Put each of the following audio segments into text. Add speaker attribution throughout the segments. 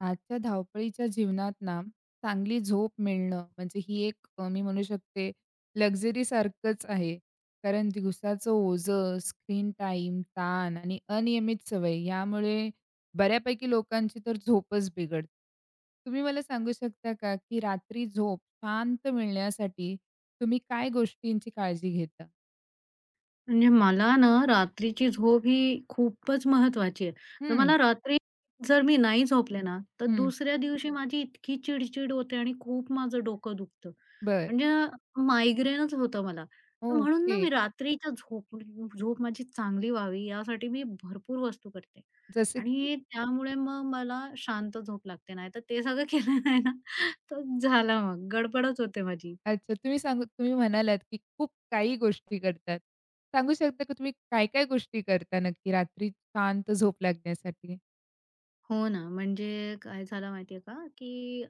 Speaker 1: आजच्या धावपळीच्या जीवनात ना, चांगली झोप मिळणं म्हणजे ही एक मी म्हणू शकते लक्झरीसारखंच आहे. कारण दिवसाचं ओझं, स्क्रीन टाईम, ताण आणि अनियमित सवय यामुळे बऱ्यापैकी लोकांची तर झोपच बिघडते. तुम्ही मला सांगू शकता का, की रात्री झोप शांत मिळण्यासाठी तुम्ही काय गोष्टींची काळजी घेता?
Speaker 2: म्हणजे मला ना रात्रीची झोप ही खूपच महत्वाची आहे. तर
Speaker 1: हं,
Speaker 2: मला रात्री जर मी नाही झोपले ना, तर
Speaker 1: हं.
Speaker 2: दुसऱ्या दिवशी माझी इतकी चिड होते आणि खूप माझं डोकं दुखतं.
Speaker 1: बरं.
Speaker 2: म्हणजे मायग्रेनच होतं मला. तर म्हणून
Speaker 1: ओके.
Speaker 2: ना मी रात्रीच्या झोप झोप माझी चांगली व्हावी यासाठी मी भरपूर वस्तू करते
Speaker 1: जसं की?
Speaker 2: आणि त्यामुळे मग मला शांत झोप लागते. नाहीतर ते सगळं केलं नाही ना, तर झालं मग गडबडच होते माझी.
Speaker 1: अच्छा. तुम्ही सांगू तुम्ही म्हणालात, की खूप काही गोष्टी करतात. सांगू शकता का तुम्ही काय-काय गोष्टी करता नक्की रात्री शांत झोप लागण्यासाठी?
Speaker 2: हो ना, म्हणजे काय झालं माहितीये का, की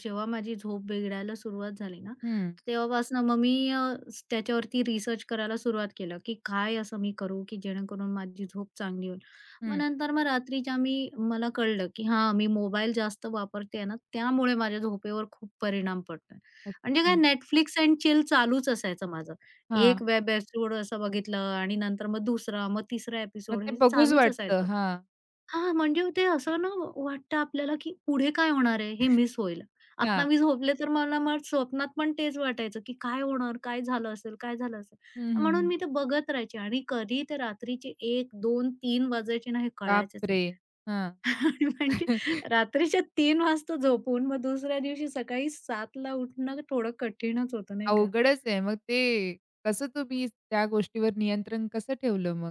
Speaker 2: जेव्हा माझी झोप बिघडायला सुरुवात झाली ना,
Speaker 1: हं,
Speaker 2: तेव्हापासनं मग मी त्याच्यावरती रिसर्च करायला सुरुवात केलं, की काय असं मी करू, की जेणेकरून माझी झोप चांगली होईल. मग
Speaker 1: हं.
Speaker 2: नंतर मग रात्रीच्या मी मला कळलं, की हां, मी मोबाईल जास्त वापरते ना, त्यामुळे माझ्या झोपेवर खूप परिणाम पडतोय. म्हणजे काय
Speaker 1: अच्छा.
Speaker 2: Netflix एंड चिल चालूच असायचं माझं.
Speaker 1: हां.
Speaker 2: एक वेब एपिसोड असं बघितलं आणि नंतर मग दुसरा, मग तिसरा
Speaker 1: मग
Speaker 2: एपिसोड
Speaker 1: ते
Speaker 2: हे
Speaker 1: बघूच
Speaker 2: चालूच
Speaker 1: वाटतं.
Speaker 2: असायचं.
Speaker 1: हां,
Speaker 2: हां, म्हणजे ते असं ना वाटतं आपल्याला, की पुढे काय होणार आहे हे मिस होईल. आता
Speaker 1: हां.
Speaker 2: मी झोपले तर मला मग स्वप्नात पण तेच वाटायचं, की काय होणार? काय झालं असेल? काय झालं असेल?
Speaker 1: हं,
Speaker 2: तर
Speaker 1: हं,
Speaker 2: म्हणून
Speaker 1: हं.
Speaker 2: मी ते बघत राहायचे आणि कधी ते रात्रीचे 1, 2, 3 वाजायचे ना हे कळायचंच
Speaker 1: बापरे!
Speaker 2: नाही.
Speaker 1: हां.
Speaker 2: आणि म्हणजे रात्रीच्या 3 वाजता झोपून मग दुसऱ्या दिवशी सकाळी 7ला उठणं थोडं कठीणच होतं नाही का?
Speaker 1: अवघडच आहे. मग ते कसं तुम्ही त्या गोष्टीवर नियंत्रण कसं ठेवलं मग?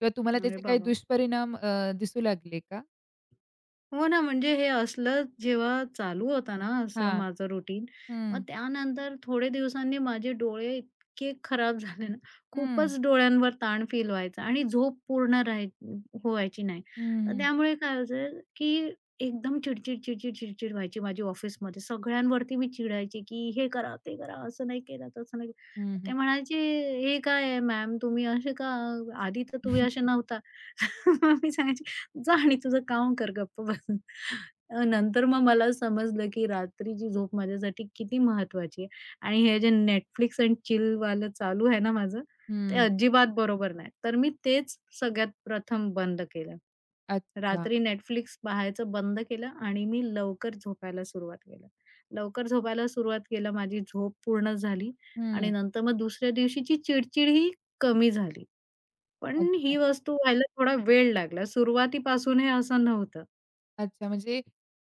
Speaker 1: किंवा तुम्हाला
Speaker 2: अरे
Speaker 1: त्याचे काही
Speaker 2: बाबा!
Speaker 1: दुष्परिणाम दिसू लागले का?
Speaker 2: हो ना, म्हणजे हे असलं जेव्हा चालू होता ना असं
Speaker 1: हां.
Speaker 2: माझं रुटीन, मग
Speaker 1: हं,
Speaker 2: त्यानंतर थोडे दिवसांनी माझे डोळे इतके खराब झाले ना,
Speaker 1: हं.
Speaker 2: खूपच डोळ्यांवर ताण फील व्हायचा आणि झोप पूर्ण व्हायची नाही.
Speaker 1: हं,
Speaker 2: तर
Speaker 1: हं.
Speaker 2: त्यामुळे काय व्हायचं, की एकदम चिडचिड, चिडचिड, चिडचिड व्हायची माझी ऑफिसमध्ये. सगळ्यांवरती मी चिडायची, की "हे करा, ते करा, असं नाही केलं, तसं नाही केलं."
Speaker 1: हं, हं.
Speaker 2: ते म्हणायचे, "हे काय आहे मॅम तुम्ही असे का? आधी तर तुम्ही असे नव्हता." मी सांगायची, जा आणि तुझं काम कर, गप्प बस. नंतर मग मला समजलं, की रात्रीची झोप माझ्यासाठी किती महत्त्वाची आहे आणि हे जे Netflix अँड चिल चिलवालं चालू आहे ना माझं, ते
Speaker 1: हं.
Speaker 2: अजिबात बरोबर नाही. तर मी तेच सगळ्यात प्रथम बंद केलं.
Speaker 1: अच्छा.
Speaker 2: रात्री Netflix पाहायचं बंद केलं आणि मी लवकर झोपायला सुरुवात केलं. लवकर झोपायला सुरुवात केलं, माझी झोप पूर्ण झाली
Speaker 1: हं.
Speaker 2: आणि नंतर मग दुसऱ्या दिवशीची चिडचिड ही कमी झाली. पण
Speaker 1: अच्छा.
Speaker 2: ही वस्तू व्हायला थोडा वेळ लागला. सुरुवातीपासून हे असं नव्हतं.
Speaker 1: अच्छा. म्हणजे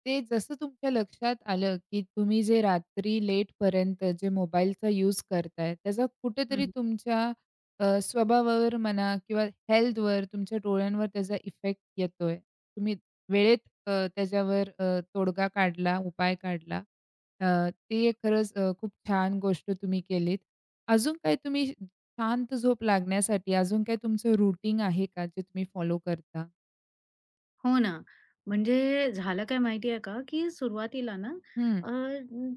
Speaker 1: ते जसं तुमच्या लक्षात आलं, की तुम्ही जे रात्री लेटपर्यंत जे मोबाईलचा यूज करताय, त्याचा कुठेतरी
Speaker 2: हं.
Speaker 1: तुमच्या स्वभावावर म्हणा किंवा हेल्थवर, तुमच्या डोळ्यांवर त्याचा इफेक्ट येतोय. तुम्ही वेळेत त्याच्यावर तोडगा काढला, उपाय काढला. अ, ती खरंच खूप छान गोष्ट तुम्ही केलीत. अजून काय तुम्ही शांत झोप लागण्यासाठी अजून काही तुमचं रूटीन आहे का, जे तुम्ही फॉलो करता?
Speaker 2: हो ना. म्हणजे झालं काय माहिती आहे का, की सुरुवातीला ना
Speaker 1: हं.
Speaker 2: अ,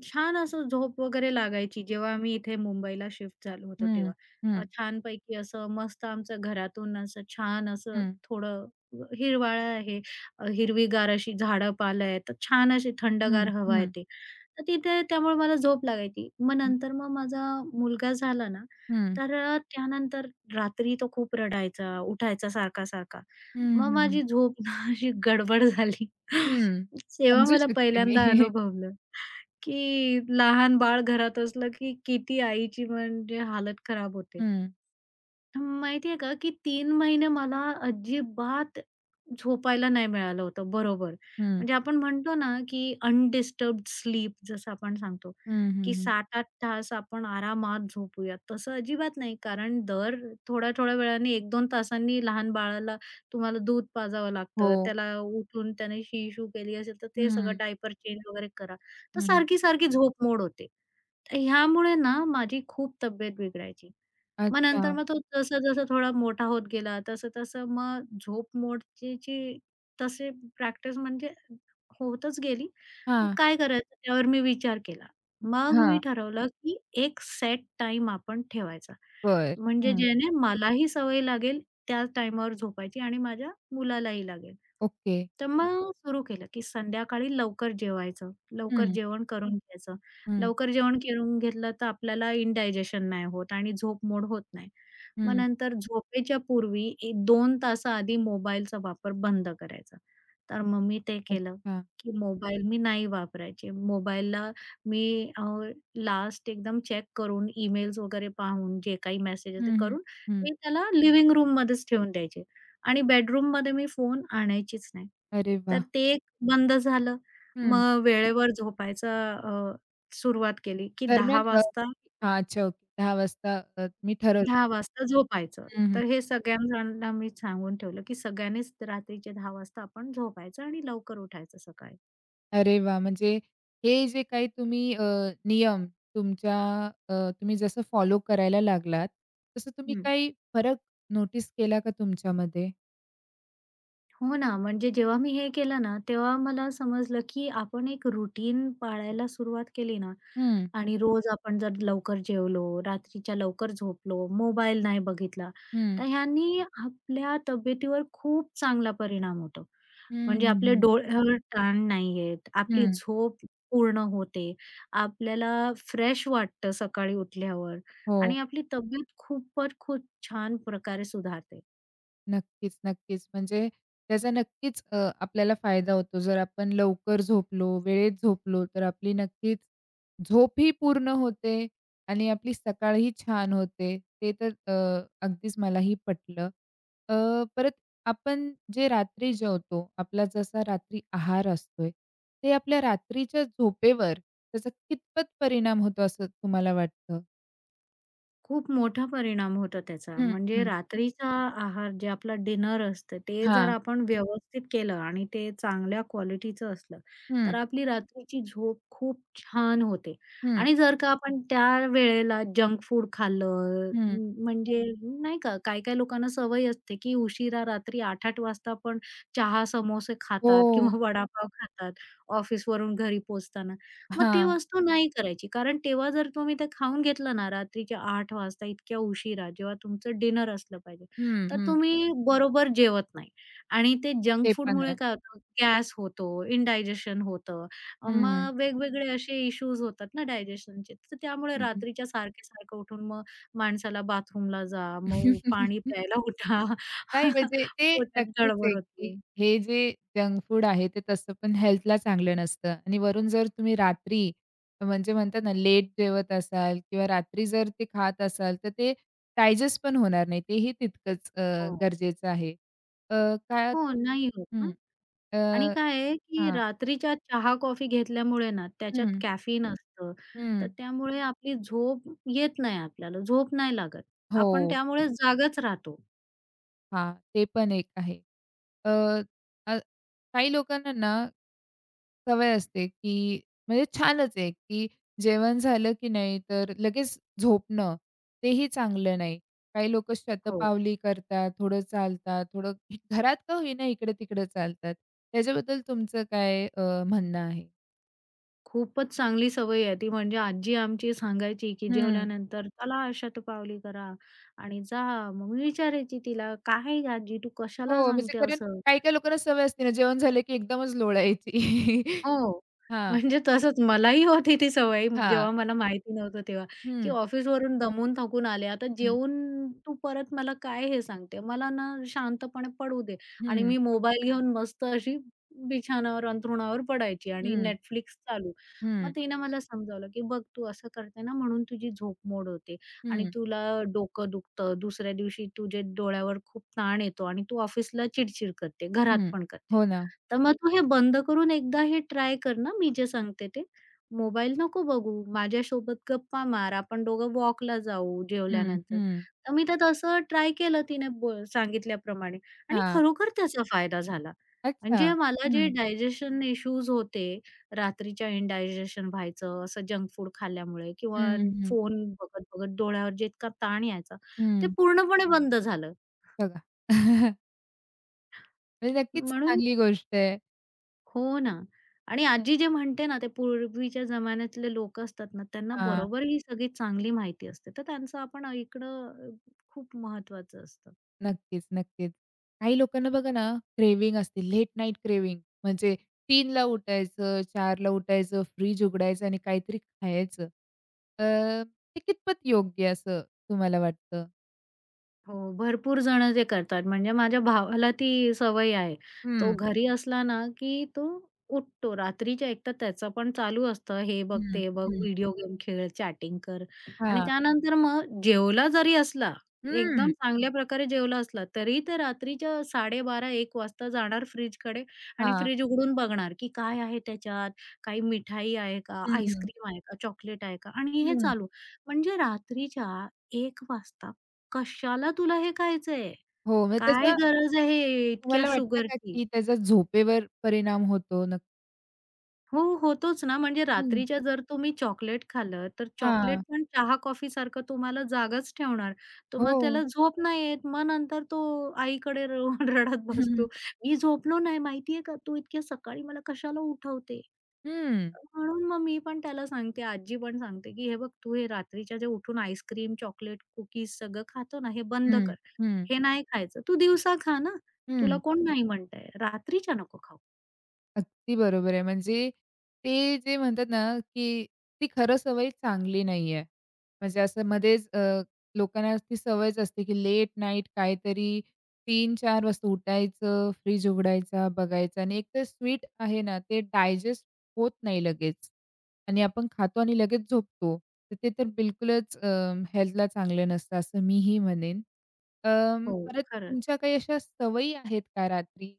Speaker 2: छान असं झोप वगैरे लागायची जेव्हा आम्ही इथे मुंबईला शिफ्ट झालो होतो
Speaker 1: हं,
Speaker 2: तेव्हा.
Speaker 1: हं,
Speaker 2: छानपैकी असं मस्त आमचं घरातून असं छान असं
Speaker 1: हं,
Speaker 2: थोडं हिरवाळा आहे, हिरवीगार अशी झाडं-पालं आहेत. तर छान अशी
Speaker 1: हं,
Speaker 2: थंडगार
Speaker 1: हं,
Speaker 2: हवा
Speaker 1: हं,
Speaker 2: येते. तर तिथे त्यामुळे मला झोप लागायची. मग
Speaker 1: हं,
Speaker 2: नंतर मग माझा मुलगा झाला ना,
Speaker 1: हं,
Speaker 2: तर त्यानंतर रात्री तो खूप रडायचा, उठायचा सारखा-सारखा.
Speaker 1: हं,
Speaker 2: मग
Speaker 1: हं,
Speaker 2: माझी झोप ना अशी गडबड झाली.
Speaker 1: हं.
Speaker 2: तेव्हा
Speaker 1: समजू
Speaker 2: मला
Speaker 1: शकते मी.
Speaker 2: पहिल्यांदा अनुभवलं, की लहान बाळ घरात असलं, की किती आईची म्हणजे हालत खराब होते.
Speaker 1: हं,
Speaker 2: माहितीये का, की 3 महिने मला अजिबात झोपायला नाही मिळालं होतं बरोबर.
Speaker 1: हं,
Speaker 2: म्हणजे आपण म्हणतो ना, की अनडिस्टर्ब्ड स्लीप जसं आपण सांगतो,
Speaker 1: हं, हं,
Speaker 2: की
Speaker 1: हं.
Speaker 2: 7-8 तास आपण आरामात झोपूया. तसं अजिबात नाही, कारण दर थोड्या-थोड्या वेळाने 1-2 तासांनी लहान बाळाला तुम्हाला दूध पाजावं लागतं.
Speaker 1: हो.
Speaker 2: त्याला उठून त्याने शी केली असेल, तर ते सगळं
Speaker 1: हं,
Speaker 2: डायपर चेंज वगैरे करा. तर
Speaker 1: हं.
Speaker 2: सारखी-सारखी झोप मोड होते. तर ह्यामुळे ना माझी खूप तब्येत बिघडायची. मग
Speaker 1: अच्छा.
Speaker 2: नंतर मग तो जसं-जसं थोडा मोठा होत गेला, तसं-तसं मग झोप मोडची जी तसे प्रॅक्टिस म्हणजे होतच गेली. मग
Speaker 1: हां,
Speaker 2: काय करायचं त्यावर मी विचार केला. मग मी
Speaker 1: हां.
Speaker 2: ठरवलं, की एक सेट टाईम आपण ठेवायचा.
Speaker 1: बरं.
Speaker 2: म्हणजे
Speaker 1: हं.
Speaker 2: ज्याने मलाही सवय लागेल त्या टाईमावर झोपायची आणि माझ्या मुलालाही लागेल.
Speaker 1: ओके.
Speaker 2: तर मग सुरू केलं, की संध्याकाळी लवकर जेवायचं, लवकर
Speaker 1: हं,
Speaker 2: जेवण करून घ्यायचं.
Speaker 1: हं,
Speaker 2: लवकर जेवण करून घेतलं तर आपल्याला इनडायजेशन नाही होत आणि झोप मोड होत नाही. मग
Speaker 1: हं.
Speaker 2: नंतर झोपेच्या पूर्वी 2 तासाआधी मोबाईलचा वापर बंद करायचा. तर मग मी ते केलं,
Speaker 1: अच्छा.
Speaker 2: की मोबाईल मी नाही वापरायचे. मोबाईलला मी लास्ट एकदम चेक करून, ईमेल्स वगैरे पाहून, जे काही मेसेज ते
Speaker 1: हं, हं,
Speaker 2: करून,
Speaker 1: हं.
Speaker 2: मी त्याला लिव्हिंग रूममध्येच ठेवून द्यायचे आणि बेडरूममध्ये मी फोन आणायचीच नाही.
Speaker 1: अरे वाह!
Speaker 2: तर ते एक बंद झालं.
Speaker 1: हं.
Speaker 2: मग वेळेवर झोपायचा अ, सुरुवात केली, की
Speaker 1: दरम्यान हां. अच्छा, ओके. 10 वाजता तुम्ही ठरवलं.
Speaker 2: 10:00 वाजता झोपायचं.
Speaker 1: हं, हं.
Speaker 2: तर हे सगळ्यांना मी सांगून ठेवलं, की सगळ्यांनीच रात्रीचे 10:00 वाजता आपण झोपायचं आणि लवकर उठायचं सकाळी.
Speaker 1: अरे वाह! म्हणजे हे जे काही तुम्ही नियम तुमच्या अ, तुम्ही जसं फॉलो करायला लागलात, तसं तुम्ही
Speaker 2: हं.
Speaker 1: काही फरक नोटीस केला का तुमच्यामध्ये?
Speaker 2: हो ना, म्हणजे जेव्हा मी हे केलं ना, तेव्हा मला समजलं, की आपण एक रूटीन पाळायला सुरुवात केली ना
Speaker 1: हं,
Speaker 2: आणि रोज आपण जर लवकर जेवलो, रात्रीच्या लवकर झोपलो, मोबाईल नाही बघितला,
Speaker 1: हं.
Speaker 2: तर ह्यांनी आपल्या तब्येतीवर खूप चांगला परिणाम होतो.
Speaker 1: हं,
Speaker 2: म्हणजे
Speaker 1: हं,
Speaker 2: आपले
Speaker 1: हं.
Speaker 2: डोळ्यावर ताण नाही येत, आपली
Speaker 1: हं.
Speaker 2: झोप पूर्ण होते, आपल्याला फ्रेश वाटतं सकाळी उठल्यावर
Speaker 1: हो.
Speaker 2: आणि आपली तब्येत खूपच खूप छान प्रकारे सुधारते.
Speaker 1: नक्कीच, नक्कीच. म्हणजे त्याचा नक्कीच आपल्याला फायदा होतो. जर आपण लवकर झोपलो, वेळेत झोपलो, तर आपली नक्कीच झोप ही पूर्ण होते आणि आपली सकाळ ही छान होते. ते तर अगदीच मलाही पटलं. अ, परत आपण जे रात्री जेवतो, आपला जसा रात्री आहार असतोय, ते आपल्या रात्रीच्या झोपेवर त्याचा कितपत परिणाम होतो असं तुम्हाला वाटतं?
Speaker 2: खूप मोठा परिणाम होतो त्याचा.
Speaker 1: हं,
Speaker 2: म्हणजे
Speaker 1: हं.
Speaker 2: रात्रीचा आहार जे आपलं डिनर असतं, ते जर
Speaker 1: हां.
Speaker 2: आपण व्यवस्थित केलं आणि ते चांगल्या क्वालिटीचं असलं, तर
Speaker 1: हं,
Speaker 2: आपली रात्रीची झोप खूप छान होते.
Speaker 1: हं,
Speaker 2: आणि जर का आपण त्या वेळेला जंक फूड खाल्लं,
Speaker 1: हं.
Speaker 2: म्हणजे नाही का, काही-काही लोकांना सवय असते, की उशिरा रात्री 8:00-8:00 वाजता पण चहा, समोसे
Speaker 1: हो.
Speaker 2: खातात किंवा वडापाव खातात ऑफिसवरून घरी पोहोचताना. मग ती
Speaker 1: हां.
Speaker 2: वस्तू नाही करायची. कारण तेव्हा जर तुम्ही ते खाऊन घेतलं ना रात्रीच्या 8:00 वाजता इतक्या उशिरा जेव्हा तुमचं डिनर असलं पाहिजे,
Speaker 1: हं,
Speaker 2: तर
Speaker 1: हं.
Speaker 2: तुम्ही बरोबर जेवत नाही आणि ते जंक
Speaker 1: ते पण
Speaker 2: फूडमुळे
Speaker 1: आहे.
Speaker 2: काय होतं गॅस होतो, इंडायजेशन होतं.
Speaker 1: हं,
Speaker 2: मग वेगवेगळे असे इश्यूज होतात ना डायजेशनचे. तर त्यामुळे
Speaker 1: हं.
Speaker 2: रात्रीच्या सारखे-सारखं उठून मग माणसाला बाथरूमला जा, मग पाणी प्यायला उठा.
Speaker 1: नाही म्हणजे ते
Speaker 2: पोटात
Speaker 1: नक्कीच आहे,
Speaker 2: गडबड होते.
Speaker 1: की हे जे जंक फूड आहे ते तसं पण हेल्थला चांगलं नसतं आणि वरून जर तुम्ही रात्री म्हणजे म्हणतात ना लेट जेवत असाल किंवा रात्री जर ते खात असाल, तर ते डायजेस्ट पण होणार नाही. तेही तितकंच
Speaker 2: हो.
Speaker 1: गरजेचं आहे. अ, काय
Speaker 2: हो,
Speaker 1: होतं
Speaker 2: नाही होत
Speaker 1: हं.
Speaker 2: ना. आणि
Speaker 1: अ,
Speaker 2: काय आहे, की
Speaker 1: हां.
Speaker 2: रात्रीच्या चहा-कॉफी घेतल्यामुळे ना,
Speaker 1: हं,
Speaker 2: त्याच्यात कॅफीन असतं.
Speaker 1: हं.
Speaker 2: तर त्यामुळे आपली झोप येत नाही आपल्याला, झोप नाही लागत. आपण
Speaker 1: हो.
Speaker 2: त्यामुळे जागच राहतो.
Speaker 1: हां. ते पण एक आहे. अ, अ, काही लोकांना ना सवय असते, की म्हणजे छानच आहे, की जेवण झालं की नाही तर लगेच झोपणं, तेही चांगलं नाही. काही लोकं
Speaker 2: हो,
Speaker 1: शतपावली करतात, थोडं चालतात, थोडं घरात का होईना इकडे-तिकडे चालतात. त्याच्याबद्दल तुमचं काय म्हणणं आहे?
Speaker 2: खूपच चांगली सवय आहे ती. म्हणजे आजी आमची सांगायची, की
Speaker 1: हं.
Speaker 2: जेवल्यानंतर "चला शतपावली करा" आणि जा. मग मी विचारायची तिला, "काय आजी, तू कशाला
Speaker 1: हो, म्हणजे
Speaker 2: सांगते
Speaker 1: कारण
Speaker 2: असं?"
Speaker 1: काही-काही लोकांना सवय असते ना, जेवण झालं की एकदमच लोळायची.
Speaker 2: हो.
Speaker 1: हां,
Speaker 2: म्हणजे तसंच मलाही होती ती सवय
Speaker 1: हां.
Speaker 2: जेव्हा मला माहिती नव्हतं तेव्हा, की
Speaker 1: हं,
Speaker 2: ऑफिसवरून दमून थकून आले. आता
Speaker 1: हं,
Speaker 2: जेवून तू परत मला काय हे सांगते? मला ना शांतपणे पडू दे आणि
Speaker 1: हं,
Speaker 2: मी मोबाईल घेऊन मस्त अशी बिछाणावर, अंथरुणावर पडायची आणि
Speaker 1: हं,
Speaker 2: Netflix चालू. मग
Speaker 1: हं,
Speaker 2: तिने मला समजावलं, की "बघ तू असं करते ना म्हणून तुझी झोप मोड होते आणि
Speaker 1: हं,
Speaker 2: तुला डोकं दुखतं. दुसऱ्या दिवशी तुझ्या डोळ्यावर खूप ताण येतो आणि तू ऑफिसला चिडचिड करते, घरात
Speaker 1: हं.
Speaker 2: पण करते."
Speaker 1: हो ना.
Speaker 2: तर मग तू हे बंद करून एकदा हे ट्राय कर ना, मी जे सांगते ते. मोबाईल नको बघू, माझ्यासोबत गप्पा मार, आपण दोघं वॉकला जाऊ
Speaker 1: हं,
Speaker 2: जेवल्यानंतर.
Speaker 1: हं.
Speaker 2: तर मी तर तसं ट्राय केलं तिने सांगितल्याप्रमाणे आणि
Speaker 1: हां.
Speaker 2: खरोखर त्याचा फायदा झाला.
Speaker 1: अच्छा.
Speaker 2: म्हणजे मला जे
Speaker 1: हं.
Speaker 2: डायजेशन इश्यूज होते, रात्रीच्या इंडायजेशन व्हायचं, असं जंक फूड खाल्ल्यामुळे किंवा
Speaker 1: हं, हं,
Speaker 2: फोन बघत-बघत डोळ्यावर जितका ताण यायचा, ते
Speaker 1: हं.
Speaker 2: पूर्णपणे बंद झालं.
Speaker 1: बघा. म्हणजे नक्कीच
Speaker 2: म्हणून
Speaker 1: चांगली गोष्ट आहे.
Speaker 2: हो ना. आणि आजी जे म्हणते ना, ते पूर्वीच्या जमान्यातले लोकं असतात ना, त्यांना
Speaker 1: हां.
Speaker 2: बरोबर ही सगळी चांगली माहिती असते. तर त्यांचं आपण ऐकणं खूप महत्वाचं असतं.
Speaker 1: नक्कीच, नक्कीच. काही लोकांना बघा ना, क्रेव्हिंग असते, लेट नाईट क्रेव्हिंग म्हणजे 3ला उठायचं, 4ला उठायचं, फ्रिज उघडायचं आणि काहीतरी खायचं. अ, ते कितपत योग्य असं तुम्हाला वाटतं?
Speaker 2: हो, भरपूर जण ते करतात. म्हणजे माझ्या भावाला ती सवय आहे. तो
Speaker 1: हं,
Speaker 2: घरी असला ना, की तो उठतो. रात्रीच्या एकतर त्याचं पण चालू असतं, हे बघ,
Speaker 1: हं,
Speaker 2: ते बघ,
Speaker 1: हं.
Speaker 2: व्हिडिओ गेम खेळ, चॅटिंग कर आणि
Speaker 1: हां.
Speaker 2: त्यानंतर मग जेवला जरी असला,
Speaker 1: हं.
Speaker 2: एकदम चांगल्या प्रकारे जेवला असला, तरी ते रात्रीच्या 12:30-1:00 वाजता जाणार फ्रिजकडे आणि
Speaker 1: हां.
Speaker 2: फ्रिज उघडून बघणार, की काय आहे त्याच्यात? काही मिठाई आहे का?
Speaker 1: हं,
Speaker 2: आईस्क्रीम आहे का? चॉकलेट आहे का? आणि हे
Speaker 1: हं.
Speaker 2: चालू. म्हणजे रात्रीच्या 1:00 वाजता कशाला तुला हे खायचंय?
Speaker 1: हो, मग
Speaker 2: काय
Speaker 1: त्याचा
Speaker 2: गरज आहे इतक्या
Speaker 1: तुम्हाला वाटतं का,
Speaker 2: शुगरची?
Speaker 1: की त्याचा झोपेवर परिणाम होतो? नक्की.
Speaker 2: हो, होतोच ना. म्हणजे
Speaker 1: हं.
Speaker 2: रात्रीच्या जर तुम्ही चॉकलेट खाल्लं, तर
Speaker 1: हां.
Speaker 2: चॉकलेट पण चहा-कॉफीसारखं तुम्हाला जागंच ठेवणार. तर मग
Speaker 1: हो.
Speaker 2: त्याला झोप नाही येत. मग नंतर तो आईकडे र रडत बसतो. "मी झोपलो नाही माहितीये का? तू इतक्या सकाळी मला कशाला उठवते?"
Speaker 1: हं,
Speaker 2: म्हणून मग मी पण त्याला सांगते, आजी पण सांगते, की "हे बघ, तू हे रात्रीच्या जे उठून आईस्क्रीम, चॉकलेट, कुकीज सगळं खातो ना, हे बंद
Speaker 1: हं,
Speaker 2: कर."
Speaker 1: हं,
Speaker 2: हे नाही खायचं. तू दिवसा खा ना. तुला
Speaker 1: हं.
Speaker 2: कोण नाही म्हणतंय. रात्रीच्या नको खाऊ.
Speaker 1: अगदी बरोबर आहे. म्हणजे ते जे म्हणतात ना, की ती खरं सवय चांगली नाहीये. म्हणजे असं मध्येच लोकांना ती सवयच असते, की लेट नाईट काहीतरी तीन चार वाजता उठायचं, फ्रिज उघडायचा, बघायचा आणि एक तर स्वीट आहे ना, ते डायजेस्ट होत नाही लगेच आणि आपण खातो आणि लगेच झोपतो. तर ते तर बिलकुलच हेल्थला चांगलं नसतं असं मीही म्हणेन.
Speaker 2: हो.
Speaker 1: परत
Speaker 2: खरंच.
Speaker 1: तुमच्या काही अशा सवयी आहेत का रात्री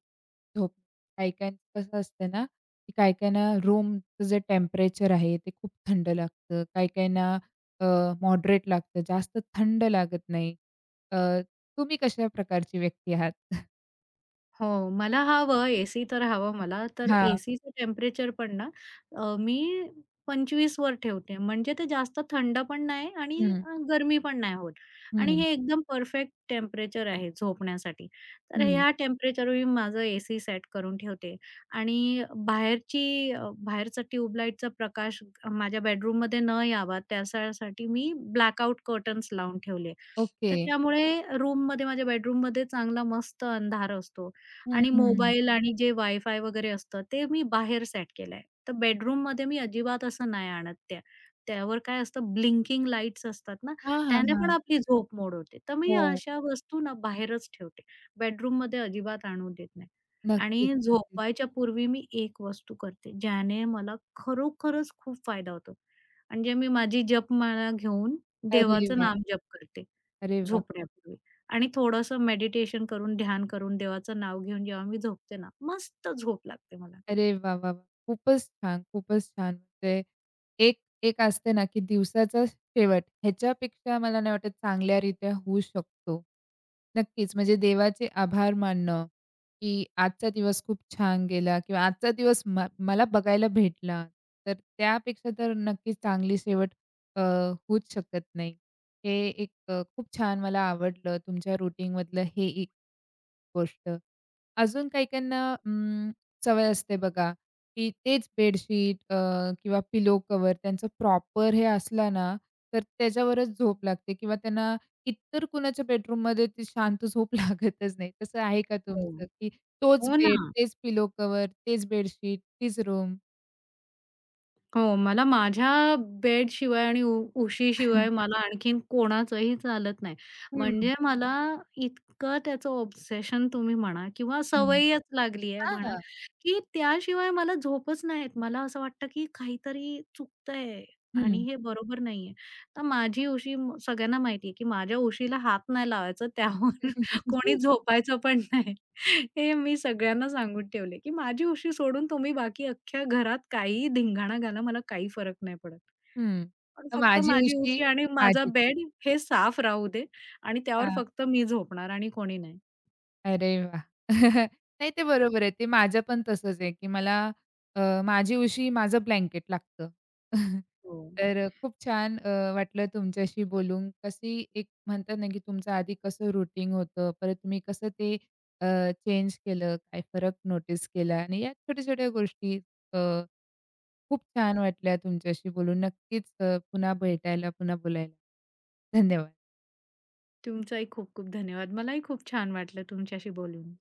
Speaker 1: झोप काही-काहींचं कसं असतं ना, की काही-काहींना रूमचं जे टेम्परेचर आहे ते खूप थंड लागतं. काही-काहींना अ, मॉडरेट लागतं, जास्त थंड लागत नाही. अ, तुम्ही कशा प्रकारची व्यक्ती आहात?
Speaker 2: हो, मला हवं एसी तर हवं मला. तर
Speaker 1: हां.
Speaker 2: एसीचं टेम्परेचर पण ना मी 25 वर ठेवते. म्हणजे ते जास्त थंड पण नाही आणि
Speaker 1: हं,
Speaker 2: गरमी पण नाही होत. आणि
Speaker 1: हं,
Speaker 2: हे एकदम परफेक्ट टेम्परेचर आहे झोपण्यासाठी. तर
Speaker 1: हं.
Speaker 2: ह्या टेम्परेचरवर मी माझं एसी सेट करून ठेवते. आणि बाहेरची बाहेरचा ट्यूबलाईटचा प्रकाश माझ्या बेडरूममध्ये न यावा त्यासाठी मी ब्लॅकआउट कर्टन्स लावून ठेवले.
Speaker 1: ओके.
Speaker 2: तर त्यामुळे रूममध्ये माझ्या बेडरूममध्ये चांगला मस्त अंधार असतो.
Speaker 1: हं,
Speaker 2: आणि
Speaker 1: हं.
Speaker 2: मोबाईल आणि जे वायफाय वगैरे असतं ते मी बाहेर सेट केलंय. तर बेडरूममध्ये मी अजिबात असं नाही आणत त्या. त्यावर काय असतं ब्लिंकिंग लाईट्स असतात ना,
Speaker 1: हां, हां,
Speaker 2: त्याने पण
Speaker 1: हां.
Speaker 2: आपली झोप मोड होते. तर मी
Speaker 1: हो.
Speaker 2: अशा वस्तू ना बाहेरच ठेवते. बेडरूममध्ये अजिबात आणू देत नाही.
Speaker 1: नक्कीच,
Speaker 2: आणि
Speaker 1: नक्कीच.
Speaker 2: झोपायच्या पूर्वी मी एक वस्तू करते, ज्याने मला खरोखरच खूप फायदा होतो. म्हणजे मी माझी जपमाळा घेऊन
Speaker 1: अरे
Speaker 2: देवाचं
Speaker 1: वाह!
Speaker 2: नामजप करते.
Speaker 1: अरे वाह!
Speaker 2: झोपण्यापूर्वी आणि थोडंसं मेडिटेशन करून, ध्यान करून, देवाचं नाव घेऊन जेव्हा मी झोपते ना, मस्त झोप लागते मला.
Speaker 1: अरे वाह, वाह, वाह! खूपच छान, खूपच छान. म्हणजे एक एक असते ना, की दिवसाचा शेवट ह्याच्यापेक्षा मला नाही वाटत चांगल्यारीत्या होऊ शकतो. नक्कीच, म्हणजे देवाचे आभार मानणं, की आजचा दिवस खूप छान गेला किंवा आजचा दिवस मला बघायला भेटला. तर त्यापेक्षा तर नक्कीच चांगली शेवट होऊच शकत नाही. हे एक खूप छान मला आवडलं तुमच्या रुटीनमधलं हे एक गोष्ट. अजून काही-काहींना सवय असते बघा, की तेच बेडशीट किंवा पिलो कवर त्यांचं प्रॉपर हे असला ना, तर त्याच्यावरच झोप लागते किंवा त्यांना इतर कुणाच्या बेडरूममध्ये ती शांत झोप लागतच नाही. तसं आहे का
Speaker 2: हो.
Speaker 1: तुमचं, की तोच
Speaker 2: हो ना.
Speaker 1: बेड, तेच पिलो कवर, तेच बेडशीट, तीच रूम?
Speaker 2: हो, मला माझ्या बेडशिवाय आणि उशीशिवाय मला आणखीन कोणाचंही चालत नाही.
Speaker 1: हं,
Speaker 2: म्हणजे मला इतकं त्याचं ऑब्सेशन तुम्ही म्हणा किंवा
Speaker 1: हं.
Speaker 2: सवयच लागली आहे म्हणा,
Speaker 1: हां.
Speaker 2: की त्याशिवाय मला झोपच नाही येत. मला असं वाटतं की काहीतरी चुकतंय
Speaker 1: हं.
Speaker 2: आणि
Speaker 1: हं.
Speaker 2: हे बरोबर नाहीये. तर माझी उशी सगळ्यांना माहिती की माझ्या उशीला हात नाही लावायचा त्यावर कोणी झोपायचं पण नाही. हे मी सगळ्यांना सांगून ठेवले, की माझी उशी सोडून तुम्ही बाकी अख्ख्या घरात काहीही धिंगाणा घाला, मला काही फरक नाही पडत. पण फक्त
Speaker 1: माझी
Speaker 2: माझी
Speaker 1: उशी
Speaker 2: उशी आणि माझा
Speaker 1: माझीच.
Speaker 2: बेड हे साफ राहू दे आणि त्यावर
Speaker 1: हां.
Speaker 2: फक्त मी झोपणार आणि कोणी नाही.
Speaker 1: अरे वाह! नाही ते बरोबर आहे. ते माझं पण तसंच आहे, की मला माझी उशी माझं ब्लँकेट लागतं.
Speaker 2: हो.
Speaker 1: तर खूप छान वाटलं तुमच्याशी बोलून. कशी एक म्हणतात ना, की तुमचं आधी कसं रुटीन होतं, परत तुम्ही कसं ते चेंज केलं, काय फरक नोटीस केला आणि या छोट्या-छोट्या गोष्टी अ, खूप छान वाटल्या तुमच्याशी बोलून. नक्कीच पुन्हा भेटायला, पुन्हा बोलायला. धन्यवाद.
Speaker 2: तुमचाही खूप खूप धन्यवाद. मलाही खूप छान वाटलं तुमच्याशी बोलून.